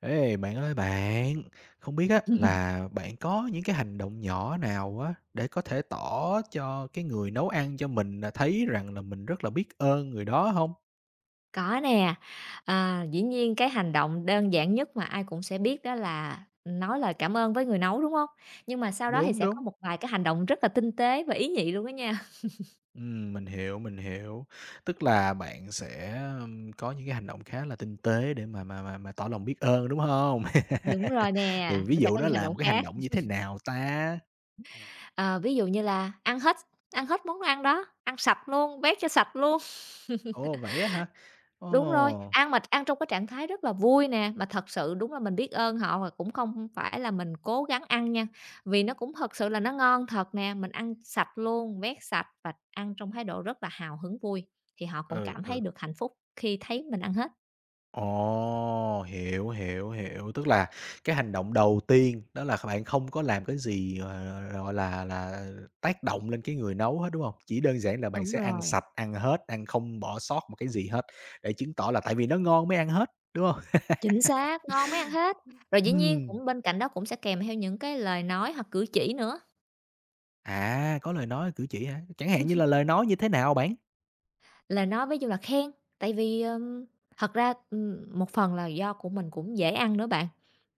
Ê, bạn ơi bạn, không biết á là bạn có những cái hành động nhỏ nào á để có thể tỏ cho cái người nấu ăn cho mình là thấy rằng là mình rất là biết ơn người đó không? Có nè, dĩ nhiên cái hành động đơn giản nhất mà ai cũng sẽ biết đó là nói lời cảm ơn với người nấu, đúng không? Nhưng mà sau đó thì Đúng, sẽ có đúng. một vài cái hành động rất là tinh tế và ý nhị luôn á nha. Mình hiểu, mình hiểu. Tức là bạn sẽ, có những cái hành động khá là tinh tế để mà tỏ lòng biết ơn, đúng không? Đúng rồi nè, Thì ví nó sẽ dụ có nó những hành là động một cái hành khác. động như thế nào ta? Ừm. Ờ, Ví dụ như là ăn hết món ăn đó, ăn sạch luôn, bét cho sạch luôn. Ồ, vậy á hả? Đúng rồi, Ồ, ăn mà ăn trong cái trạng thái rất là vui nè, mà thật sự đúng là mình biết ơn họ và cũng không phải là mình cố gắng ăn nha, vì nó cũng thật sự là nó ngon thật nè, mình ăn sạch luôn, vét sạch và ăn trong thái độ rất là hào hứng vui, thì họ cũng ừ, cảm thấy ừ. được hạnh phúc khi thấy mình ăn hết. Ồ, hiểu, hiểu, hiểu. Tức là cái hành động đầu tiên đó là các bạn không có làm cái gì, gọi là tác động lên cái người nấu hết, đúng không? Chỉ đơn giản là bạn Đúng sẽ ăn rồi, sạch, ăn hết, ăn không bỏ sót một cái gì hết, để chứng tỏ là tại vì nó ngon mới ăn hết, đúng không? chính xác, ngon mới ăn hết. Rồi dĩ nhiên Ừm, cũng bên cạnh đó cũng sẽ kèm theo những cái lời nói hoặc cử chỉ nữa. à, có lời nói, cử chỉ hả? Chẳng hạn như là lời nói như thế nào bạn? Lời nói ví dụ là khen, tại vì, thật ra, một phần là do của mình cũng dễ ăn nữa bạn.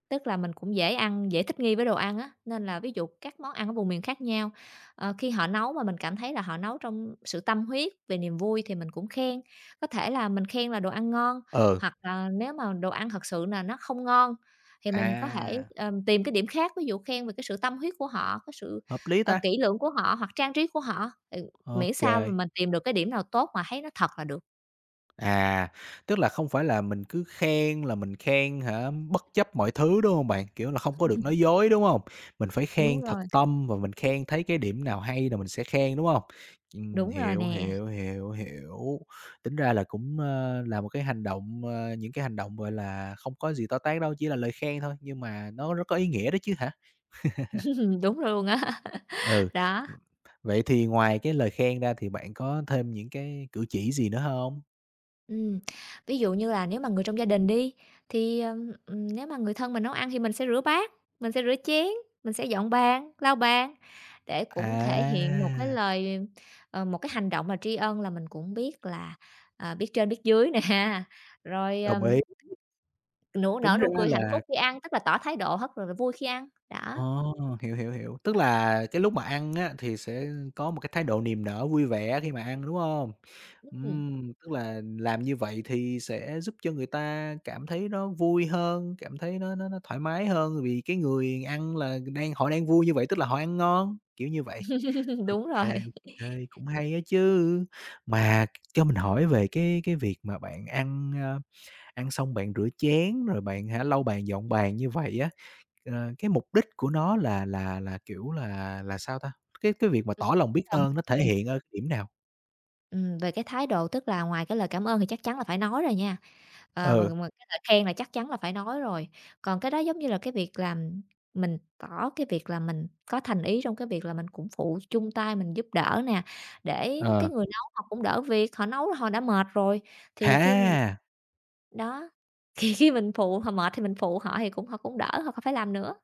Tức là mình cũng dễ ăn, dễ thích nghi với đồ ăn á, nên là ví dụ các món ăn ở vùng miền khác nhau, khi họ nấu mà mình cảm thấy là họ nấu trong sự tâm huyết, về niềm vui thì mình cũng khen. Có thể là mình khen là đồ ăn ngon, Ừ, hoặc là nếu mà đồ ăn thật sự là nó không ngon thì mình có thể, à, tìm cái điểm khác, ví dụ khen về cái sự tâm huyết của họ, cái sự, hợp lý ta, kỹ lưỡng của họ hoặc trang trí của họ, ừ, miễn ok. sao mà mình tìm được cái điểm nào tốt mà thấy nó thật là được. À, tức là không phải là mình cứ khen là mình khen hả, bất chấp mọi thứ, đúng không bạn? Kiểu là, không có được nói dối, đúng không? Mình phải Đúng khen thật rồi, tâm và mình khen thấy cái điểm nào hay là mình sẽ khen, đúng không? Đúng rồi Hiểu, nè, hiểu, hiểu, hiểu. Tính ra là cũng, là một cái hành động, những cái hành động, gọi là, không có gì to tát đâu, chỉ là lời khen thôi, nhưng mà nó rất có ý nghĩa đó chứ hả? đúng luôn á. Ừ, Đó. vậy thì ngoài cái lời khen ra thì bạn có thêm những cái cử chỉ gì nữa không? Ừm, ví dụ như là nếu mà người trong gia đình đi, thì, nếu mà người thân mình nấu ăn thì mình sẽ rửa bát, mình sẽ rửa chén, mình sẽ dọn bàn, lau bàn để cũng thể hiện một cái À, lời một cái hành động mà tri ân là mình cũng biết là, à, biết trên biết dưới nè. Rồi, đồng ý. nụ nở Tính nụ ra cười hạnh phúc là khi ăn, tức là tỏ thái độ rất là vui khi ăn, đó. ờ, hiểu, hiểu, hiểu. Tức là cái lúc mà ăn á, thì sẽ có một cái thái độ niềm nở vui vẻ khi mà ăn, đúng hông? Ừm, Tức là làm như vậy thì sẽ giúp cho người ta cảm thấy nó vui hơn, cảm thấy nó thoải mái hơn, vì cái người ăn là đang họ đang vui như vậy, tức là họ ăn ngon, kiểu như vậy. Ô đúng rồi. Ô kê, cũng hay á chứ. Mà cho mình hỏi về cái việc mà bạn ăn, ăn xong bạn rửa chén rồi bạn hả, lau bàn dọn bàn như vậy á. Ờ, cái mục đích của nó là, kiểu là sao ta? Cái việc mà tỏ lòng biết Cần ơn cho nó thể người hiện ở cái điểm nào? Về cái thái độ, tức là ngoài cái lời cảm ơn thì chắc chắn là phải nói rồi nha. Ờ, và Ừ, mà cái lời khen là chắc chắn là phải nói rồi. Còn cái đó giống như là cái việc làm mình tỏ cái việc là mình có thành ý trong cái việc là mình cũng phụ chung tay mình giúp đỡ nè, để cái ờ, người nấu họ cũng đỡ việc, họ nấu họ đã mệt rồi, thì khi mình à! đó, thì khi mình phụ họ mệt thì mình phụ họ thì cũng họ cũng đỡ, họ không phải làm nữa.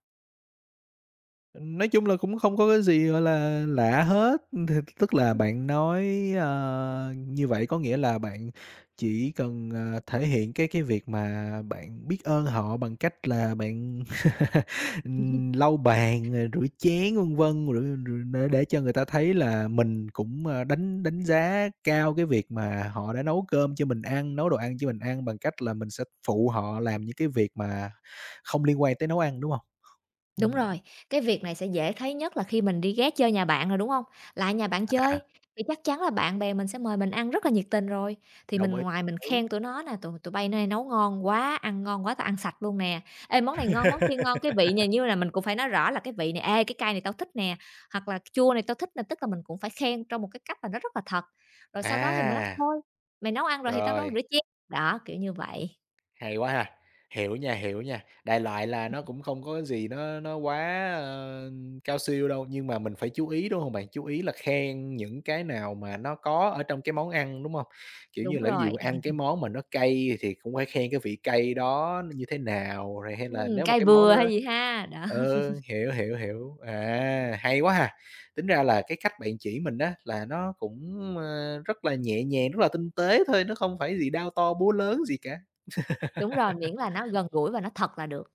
Nói chung là cũng không có cái gì, gọi là, lạ hết, thì tức là bạn nói, như vậy có nghĩa là bạn chỉ cần, thể hiện cái việc mà bạn biết ơn họ bằng cách là bạn, lau bàn, rồi rửa chén, vân vân, rồi rồi để cho người ta thấy là mình cũng, đánh đánh giá cao cái việc mà họ đã nấu cơm cho mình ăn, nấu đồ ăn cho mình ăn bằng cách là mình sẽ phụ họ làm những cái việc mà không liên quan tới nấu ăn, đúng không? Đúng Ừm. rồi, cái việc này sẽ dễ thấy nhất là khi mình đi ghé chơi nhà bạn rồi, đúng không? Lại nhà bạn À. chơi, thì chắc chắn là bạn bè mình sẽ mời mình ăn rất là nhiệt tình rồi, thì mình Đồng ý, ngoài mình đồng ý. khen tụi nó nè: "Tụi tụi bay nay nấu ngon quá, ăn ngon quá, tao ăn sạch luôn nè. Ê, món này ngon, món kia ngon." Cái vị này như là mình cũng phải nói rõ là "Cái vị này ê, cái cay này tao thích nè." Hoặc là "Chua này tao thích nè." Tức là mình cũng phải khen trong một cái cách mà nó rất là thật, rồi sau đó thì mình nói: À, "Thôi, mày nấu ăn rồi thì tao nấu rồi, rửa chén." Đó, kiểu như vậy. hay quá ha. Hiểu nha, hiểu nha. Đại loại là nó cũng không có gì nó quá, cao siêu đâu, nhưng mà mình phải chú ý, đúng hông bạn? Chú ý là khen những cái nào mà nó có ở trong cái món ăn, đúng hông? Kiểu như Đúng là, ví dụ rồi, ăn cái món mà nó cay thì cũng phải khen cái vị cay đó nó như thế nào, rồi hay là nếu mà cay cái món vừa hay đó. gì ha, đó. Ừ, hiểu, hiểu, hiểu. À, hay quá ha! Tính ra là cái cách bạn chỉ mình á, là nó cũng, rất là nhẹ nhàng, rất là tinh tế thôi, nó không phải gì đao to búa lớn gì cả. Đúng rồi, miễn là nó gần gũi và nó thật là được,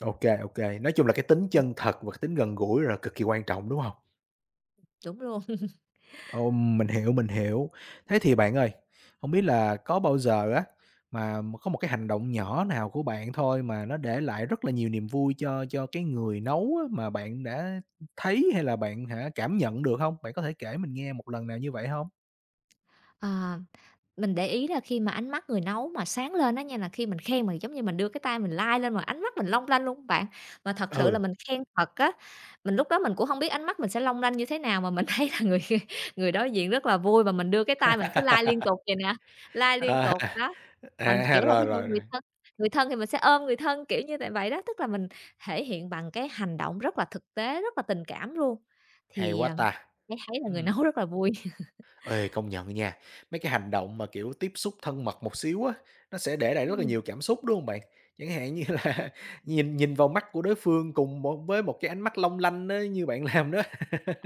Ok, ok. Nói chung là cái tính chân thật và cái tính gần gũi là cực kỳ quan trọng, đúng không? đúng luôn. Ồ, mình hiểu, mình hiểu. Thế thì bạn ơi, không biết là có bao giờ á, mà có một cái hành động nhỏ nào của bạn thôi mà nó để lại rất là nhiều niềm vui cho cái người nấu á, mà bạn đã thấy hay là bạn hả, cảm nhận được không? Bạn có thể kể mình nghe một lần nào như vậy không? Ờ, mình để ý là khi mà ánh mắt người nấu mà sáng lên đó nha, là khi mình khen mình giống như mình đưa cái tay mình lai lên mà ánh mắt mình long lanh luôn á bạn. Mà thật sự là Ừ, mình khen thật á, mình lúc đó mình cũng không biết ánh mắt mình sẽ long lanh như thế nào mà mình thấy là người người đối diện rất là vui và mình đưa cái tay mình cứ lai liên tục vậy nè, lai liên à, tục, đó. Còn, à, kiểu là, rồi, ví dụ rồi, rồi, người thân thì mình sẽ ôm người thân, kiểu như tại vậy đó, tức là mình thể hiện bằng cái hành động rất là thực tế, rất là tình cảm luôn. hay Thì, quá à, ta! Thấy thấy là người Ừm. nấu rất là vui. Ê, công nhận nha, mấy cái hành động mà, kiểu, tiếp xúc thân mật một xíu á, nó sẽ để lại rất là nhiều cảm xúc, đúng không bạn? Chẳng hạn như là nhìn nhìn vào mắt của đối phương cùng một với một cái ánh mắt long lanh á, như bạn làm đó.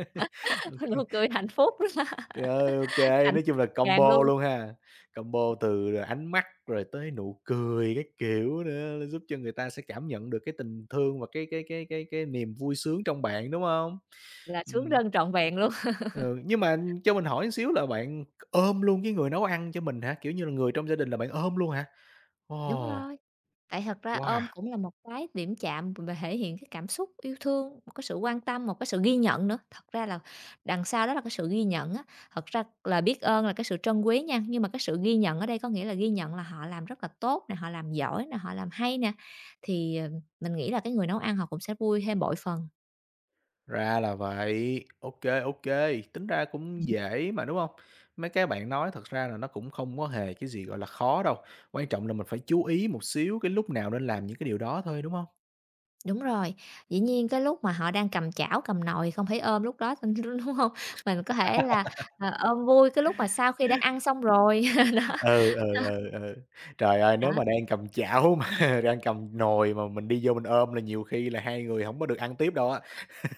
Ừm, Ừm, nụ cười hạnh phúc đó, trời ơi, ô, hạnh nói phúc chung là ngập tràn combo luôn, luôn ha, combo từ ánh mắt rồi tới nụ cười cái kiểu nữa, nó giúp cho người ta sẽ cảm nhận được cái tình thương và cái niềm vui sướng trong bạn, đúng không? là sướng Ừm. rân trọn vẹn luôn. Ừ, nhưng mà cho mình hỏi xíu là bạn ôm luôn cái người nấu ăn cho mình hả? Kiểu như là, người trong gia đình là bạn ôm luôn hả? Đúng Ồ, rồi, tại thật ra wow, ôm cũng là một cái điểm chạm và thể hiện cái cảm xúc yêu thương, một cái sự quan tâm, một cái sự ghi nhận nữa. Thật ra là đằng sau đó là cái sự ghi nhận á, thật ra là biết ơn là cái sự trân quý nha, nhưng mà cái sự ghi nhận ở đây có nghĩa là ghi nhận là họ làm rất là tốt nè, họ làm giỏi nè, họ làm hay nè, thì, mình nghĩ là cái người nấu ăn họ cũng sẽ vui thêm bội phần. ra là vậy. Ok, ok, tính ra cũng dễ mà, đúng không? Mấy cái bạn nói thật ra là nó cũng không có hề cái gì, gọi là, khó đâu, quan trọng là mình phải chú ý một xíu cái lúc nào nên làm những cái điều đó thôi, đúng không? Đúng rồi, dĩ nhiên cái lúc mà họ đang cầm chảo, cầm nồi không phải ôm lúc đó, đúng không? Mình có thể là, ôm vui cái lúc mà sau khi đã ăn xong rồi, đó, Ừ, ừ, ừ, ừ. Trời ơi, đó, nếu mà đang cầm chảo mà đang cầm nồi mà mình đi vô mình ôm là nhiều khi là hai người không có được ăn tiếp đâu á.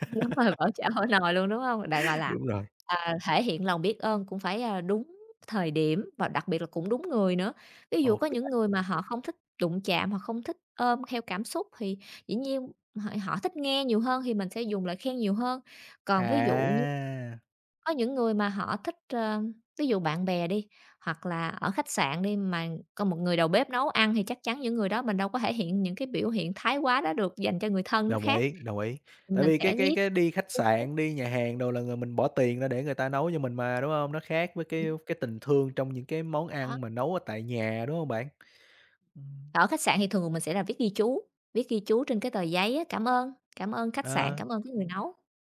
đúng rồi, bỏ chảo bỏ nồi luôn, đúng không? Đã, gọi là, Đúng rồi, à, thể hiện lòng biết ơn cũng phải, à, đúng thời điểm và đặc biệt là cũng đúng người nữa. Ví dụ có ok, những người mà họ không thích đụng chạm, họ không thích ôm theo cảm xúc thì dĩ nhiên họ họ thích nghe nhiều hơn thì mình sẽ dùng lời khen nhiều hơn. Còn ví dụ à! có những người mà họ thích, ơ, ví dụ bạn bè đi, hoặc là ở khách sạn đi, mà có một người đầu bếp nấu ăn thì chắc chắn những người đó mình đâu có thể hiện những cái biểu hiện thái quá đó được, dành cho người thân nó Đồng khác. ý, đồng ý. Tại Mình vì sẽ cái cái viết cái đi khách ghi chú. sạn, đi nhà hàng đồ là người mình bỏ tiền ra để người ta nấu cho mình mà, đúng hông? Nó khác với cái Đúng cái tình thương trong những cái món đó, ăn mà nấu ở tại nhà, đúng hông bạn? Ừm. ở khách sạn thì thường mình sẽ là viết ghi chú trên cái tờ giấy á, cảm ơn khách sạn, Ờ, cảm ơn cái người nấu.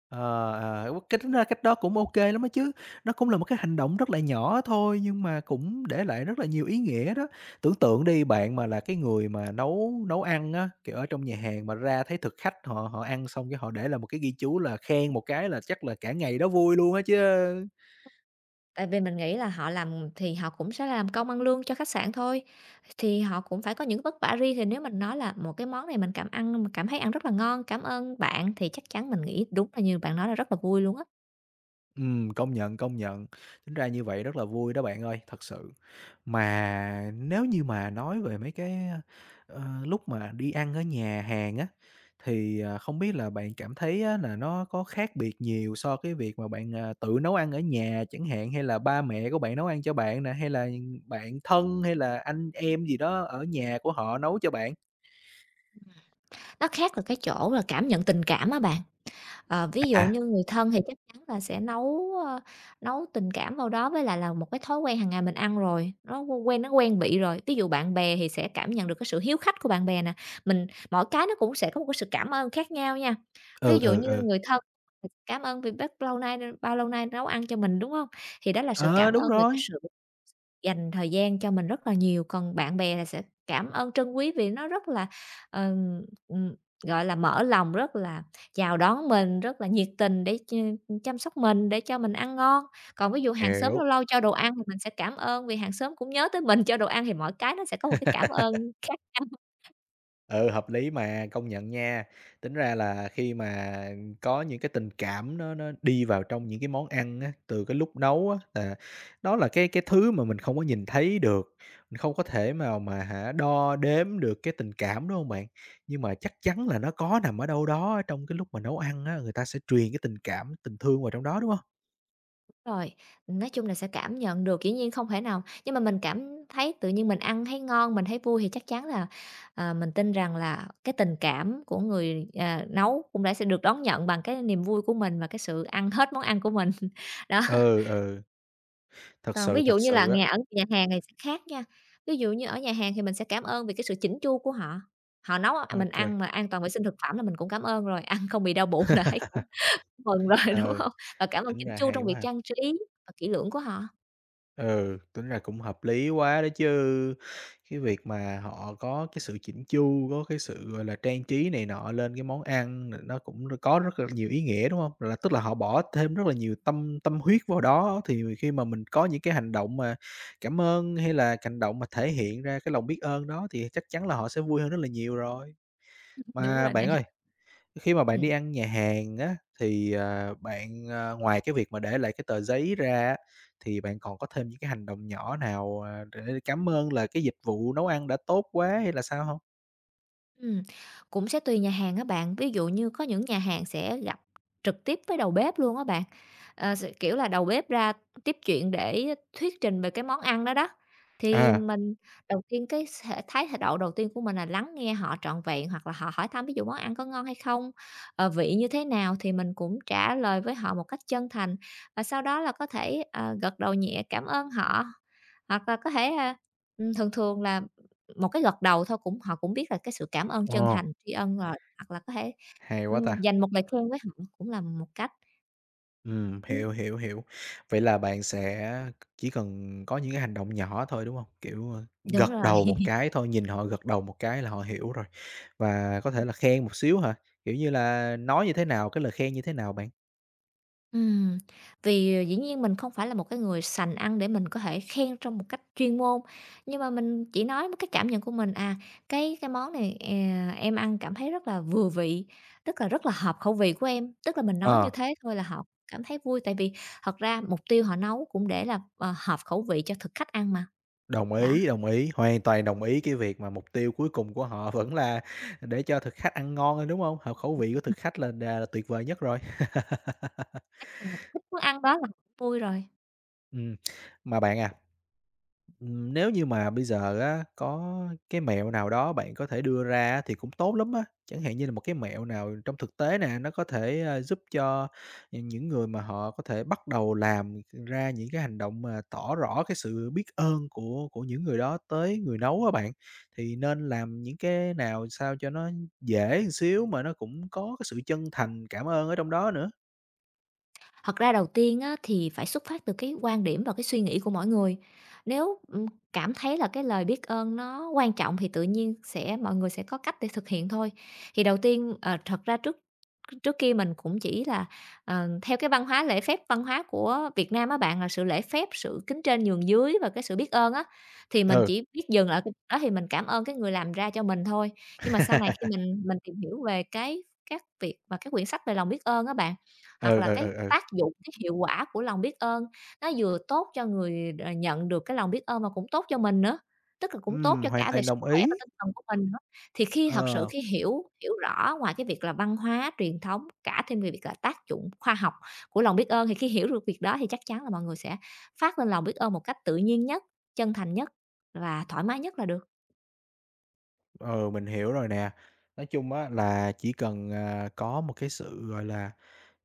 ờ, ờ, cái tính ra cách đó cũng ô kê lắm á chứ. Nó cũng là một cái hành động rất là nhỏ thôi nhưng mà cũng để lại rất là nhiều ý nghĩa đó. Tưởng tượng đi, bạn mà là cái người mà nấu nấu ăn á, kiểu, ở trong nhà hàng mà ra thấy thực khách họ họ ăn xong cái họ để lại một cái ghi chú là khen một cái là chắc là cả ngày đó vui luôn á chứ. Tại vì mình nghĩ là họ làm thì họ cũng sẽ làm công ăn lương cho khách sạn thôi, thì họ cũng phải có những vất vả riêng, thì nếu mình nói là "Một cái món này mình cảm ăn mình cảm thấy ăn rất là ngon, cảm ơn bạn." Thì chắc chắn mình nghĩ đúng là như bạn nói là rất là vui luôn á. Công nhận, công nhận. Tính ra như vậy rất là vui đó bạn ơi, thật sự. Mà nếu như mà nói về mấy cái, lúc mà đi ăn ở nhà hàng á, thì, à, không biết là bạn cảm thấy á là nó có khác biệt nhiều so cái việc mà bạn, à, tự nấu ăn ở nhà chẳng hạn, hay là ba mẹ của bạn nấu ăn cho bạn nè, hay là bạn thân, hay là anh em gì đó ở nhà của họ nấu cho bạn? Nó khác là cái chỗ là cảm nhận tình cảm á bạn. Ờ, ví dụ À, như người thân thì chắc chắn là sẽ nấu, nấu tình cảm vào đó, với lại là một cái thói quen hàng ngày mình ăn rồi, nó quen vị rồi. Ví dụ bạn bè thì sẽ cảm nhận được cái sự hiếu khách của bạn bè nè, mình mỗi cái nó cũng sẽ có một cái sự cảm ơn khác nhau nha. Ví ừ, dụ ừ, như ừ. người thân cảm ơn vì bác lâu nay bao lâu nay nấu ăn cho mình, đúng không? Thì đó là sự Ờ, cảm đúng ơn về cái rồi. sự dành thời gian cho mình rất là nhiều, còn bạn bè là sẽ cảm ơn trân quý vì nó rất là, ừm, ừm, gọi là, mở lòng, rất là chào đón mình, rất là nhiệt tình để chăm sóc mình, để cho mình ăn ngon. Còn ví dụ hàng xóm Hiểu. lâu lâu cho đồ ăn thì mình sẽ cảm ơn vì hàng xóm cũng nhớ tới mình cho đồ ăn, thì mỗi cái nó sẽ có một cái cảm ơn khác. Ừ, hợp lý mà, công nhận nha. Tính ra là khi mà có những cái tình cảm nó đi vào trong những cái món ăn á, từ cái lúc nấu á, là nó là cái thứ mà mình không có nhìn thấy được, mình không có thể mà hả, đo đếm được cái tình cảm, đúng không bạn? Nhưng mà chắc chắn là nó có nằm ở đâu đó trong cái lúc mà nấu ăn á, người ta sẽ truyền cái tình cảm, tình thương vào trong đó, đúng không? Rồi, nói chung là sẽ cảm nhận được, dĩ nhiên không thể nào nhưng mà mình cảm thấy tự nhiên mình ăn thấy ngon, mình thấy vui thì chắc chắn là, mình tin rằng là cái tình cảm của người, à, nấu cũng đã sẽ được đón nhận bằng cái niềm vui của mình và cái sự ăn hết món ăn của mình. Đó, Ừ, ừ, còn ví dụ thật như là sự á. ở nhà hàng này sẽ khác nha, ví dụ như ở nhà hàng thì mình sẽ cảm ơn vì cái sự chỉnh chu của họ, họ nấu, mình Ok, ăn mà an toàn vệ sinh thực phẩm là mình cũng cảm ơn rồi, ăn không bị đau bụng là thấy cũng kê. mừng rồi, đúng Ờ, không? Và cảm ơn tính chỉnh ra chu hay trong quá việc ha. trang trí và kỹ lưỡng của họ. Ừ, tính ra cũng hợp lý quá đó chứ. Cái việc mà họ có cái sự chỉnh chu, có cái sự, gọi là, trang trí này nọ lên cái món ăn nó cũng có rất là nhiều ý nghĩa, đúng không? Là tức là họ bỏ thêm rất là nhiều tâm tâm huyết vào đó, thì khi mà mình có những cái hành động mà cảm ơn hay là hành động mà thể hiện ra cái lòng biết ơn đó thì chắc chắn là họ sẽ vui hơn rất là nhiều rồi. Đúng Mà rồi nè. bạn ơi, khi mà bạn Ừm, đi ăn nhà hàng á, thì, bạn, ngoài cái việc mà để lại cái tờ giấy ra á, thì bạn còn có thêm những cái hành động nhỏ nào, à, để cảm ơn là cái dịch vụ nấu ăn đã tốt quá hay là sao không? ừm, cũng sẽ tùy nhà hàng á bạn, ví dụ như có những nhà hàng sẽ gặp trực tiếp với đầu bếp luôn á bạn, ờ, s kiểu là, đầu bếp ra tiếp chuyện để thuyết trình về cái món ăn đó đó. Thì À, mình đầu tiên cái sẽ thái thái độ đầu tiên của mình là lắng nghe họ trọn vẹn hoặc là họ hỏi thăm ví dụ món ăn có ngon hay không, vị như thế nào thì mình cũng trả lời với họ một cách chân thành, và sau đó là có thể, gật đầu nhẹ cảm ơn họ. Hoặc là có thể, thường thường là một cái gật đầu thôi cũng họ cũng biết là cái sự cảm ơn ồ, chân thành, tri ân rồi, hoặc là có thể, hay quá ta! dành một lời khuyên với họ cũng là một cách. Ừm, Hiểu, hiểu, hiểu. Vậy là bạn sẽ chỉ cần có những cái hành động nhỏ thôi, đúng không? Kiểu, đúng gật rồi, đầu một cái thôi, nhìn họ gật đầu một cái là họ hiểu rồi. Và có thể là khen một xíu hả? Kiểu như là, nói như thế nào, cái lời khen như thế nào bạn? ừm, vì dĩ nhiên mình không phải là một cái người sành ăn để mình có thể khen trong một cách chuyên môn, nhưng mà mình chỉ nói một cái cảm nhận của mình, cái món này, à, em ăn cảm thấy rất là vừa vị, tức là rất là hợp khẩu vị của em. Tức là mình nói như Ờ. thế thôi là họ cảm thấy vui, tại vì thật ra mục tiêu họ nấu cũng để là, hợp khẩu vị cho thực khách ăn mà, đó. Đồng ý, hoàn toàn đồng ý cái việc mà mục tiêu cuối cùng của họ vẫn là để cho thực khách ăn ngon thôi, đúng hông? Hợp khẩu vị của thực khách là đà là tuyệt vời nhất rồi. Thích món ăn đó là cũng vui rồi. Ừm, mà bạn à, nếu như mà bây giờ á, có cái mẹo nào đó bạn có thể đưa ra á thì cũng tốt lắm á. Chẳng hạn như là một cái mẹo nào trong thực tế nè, nó có thể, giúp cho, những người mà họ có thể bắt đầu làm ra những cái hành động mà tỏ rõ cái sự biết ơn của những người đó tới người nấu á bạn. Thì nên làm những cái nào sao cho nó dễ một xíu mà nó cũng có cái sự chân thành cảm ơn ở trong đó nữa. Thật ra đầu tiên á, thì phải xuất phát từ cái quan điểm và cái suy nghĩ của mỗi người. Nếu, cảm thấy là cái lời biết ơn nó quan trọng thì tự nhiên sẽ mọi người sẽ có cách để thực hiện thôi. Thì đầu tiên, thật ra trước trước kia mình cũng chỉ là, theo cái văn hóa lễ phép văn hóa của Việt Nam á bạn, là sự lễ phép, sự kính trên nhường dưới và cái sự biết ơn á, thì mình Ừ. chỉ biết dừng lại cái đó thì mình cảm ơn cái người làm ra cho mình thôi. Nhưng mà sau này khi mình tìm hiểu về cái các việc và các quyển sách về lòng biết ơn á bạn hoặc Ừ, là ừ, cái ừ, ừ. tác dụng, cái hiệu quả của lòng biết ơn, nó vừa tốt cho người đ nhận được cái lòng biết ơn mà cũng tốt cho mình nữa, tức là cũng tốt cho Hoàn cả về toàn sức đồng khỏe và ý. tinh thần của mình nữa. Thì khi thật sự Ờ. khi hiểu hiểu rõ ngoài cái việc là văn hóa, truyền thống, cả thêm về việc là tác dụng khoa học của lòng biết ơn, thì khi hiểu được việc đó thì chắc chắn là mọi người sẽ phát lên lòng biết ơn một cách tự nhiên nhất, chân thành nhất và thoải mái nhất là được. Ừ, mình hiểu rồi nè. Nói chung á là chỉ cần, à, có một cái sự, gọi là,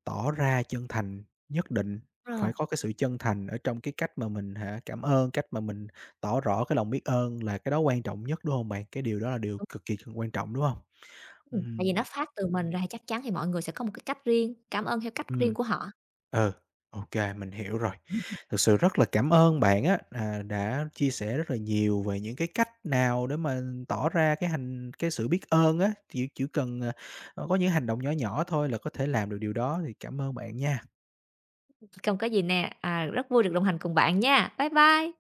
tỏ ra chân thành nhất định, Rồi, phải có cái sự chân thành ở trong cái cách mà mình hả, cảm ơn, cách mà mình tỏ rõ cái lòng biết ơn là cái đó quan trọng nhất, đúng không bạn? Cái điều đó là điều đúng, cực kỳ cần quan trọng, đúng không? tại vì nó Ừm. phát từ mình ra chắc chắn thì mọi người sẽ có một cái cách riêng, cảm ơn theo cách riêng Ừm. của họ. Ừ, ô kê, mình hiểu rồi. Thực sự rất là cảm ơn bạn á, à, đã chia sẻ rất là nhiều về những cái cách nào để mà tỏ ra cái sự biết ơn á, chỉ cần, à, có những hành động nhỏ nhỏ thôi là có thể làm được điều đó, thì cảm ơn bạn nha. Không có gì nè, à, rất vui được đồng hành cùng bạn nha. Bye bye.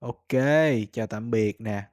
OK, chào tạm biệt nè.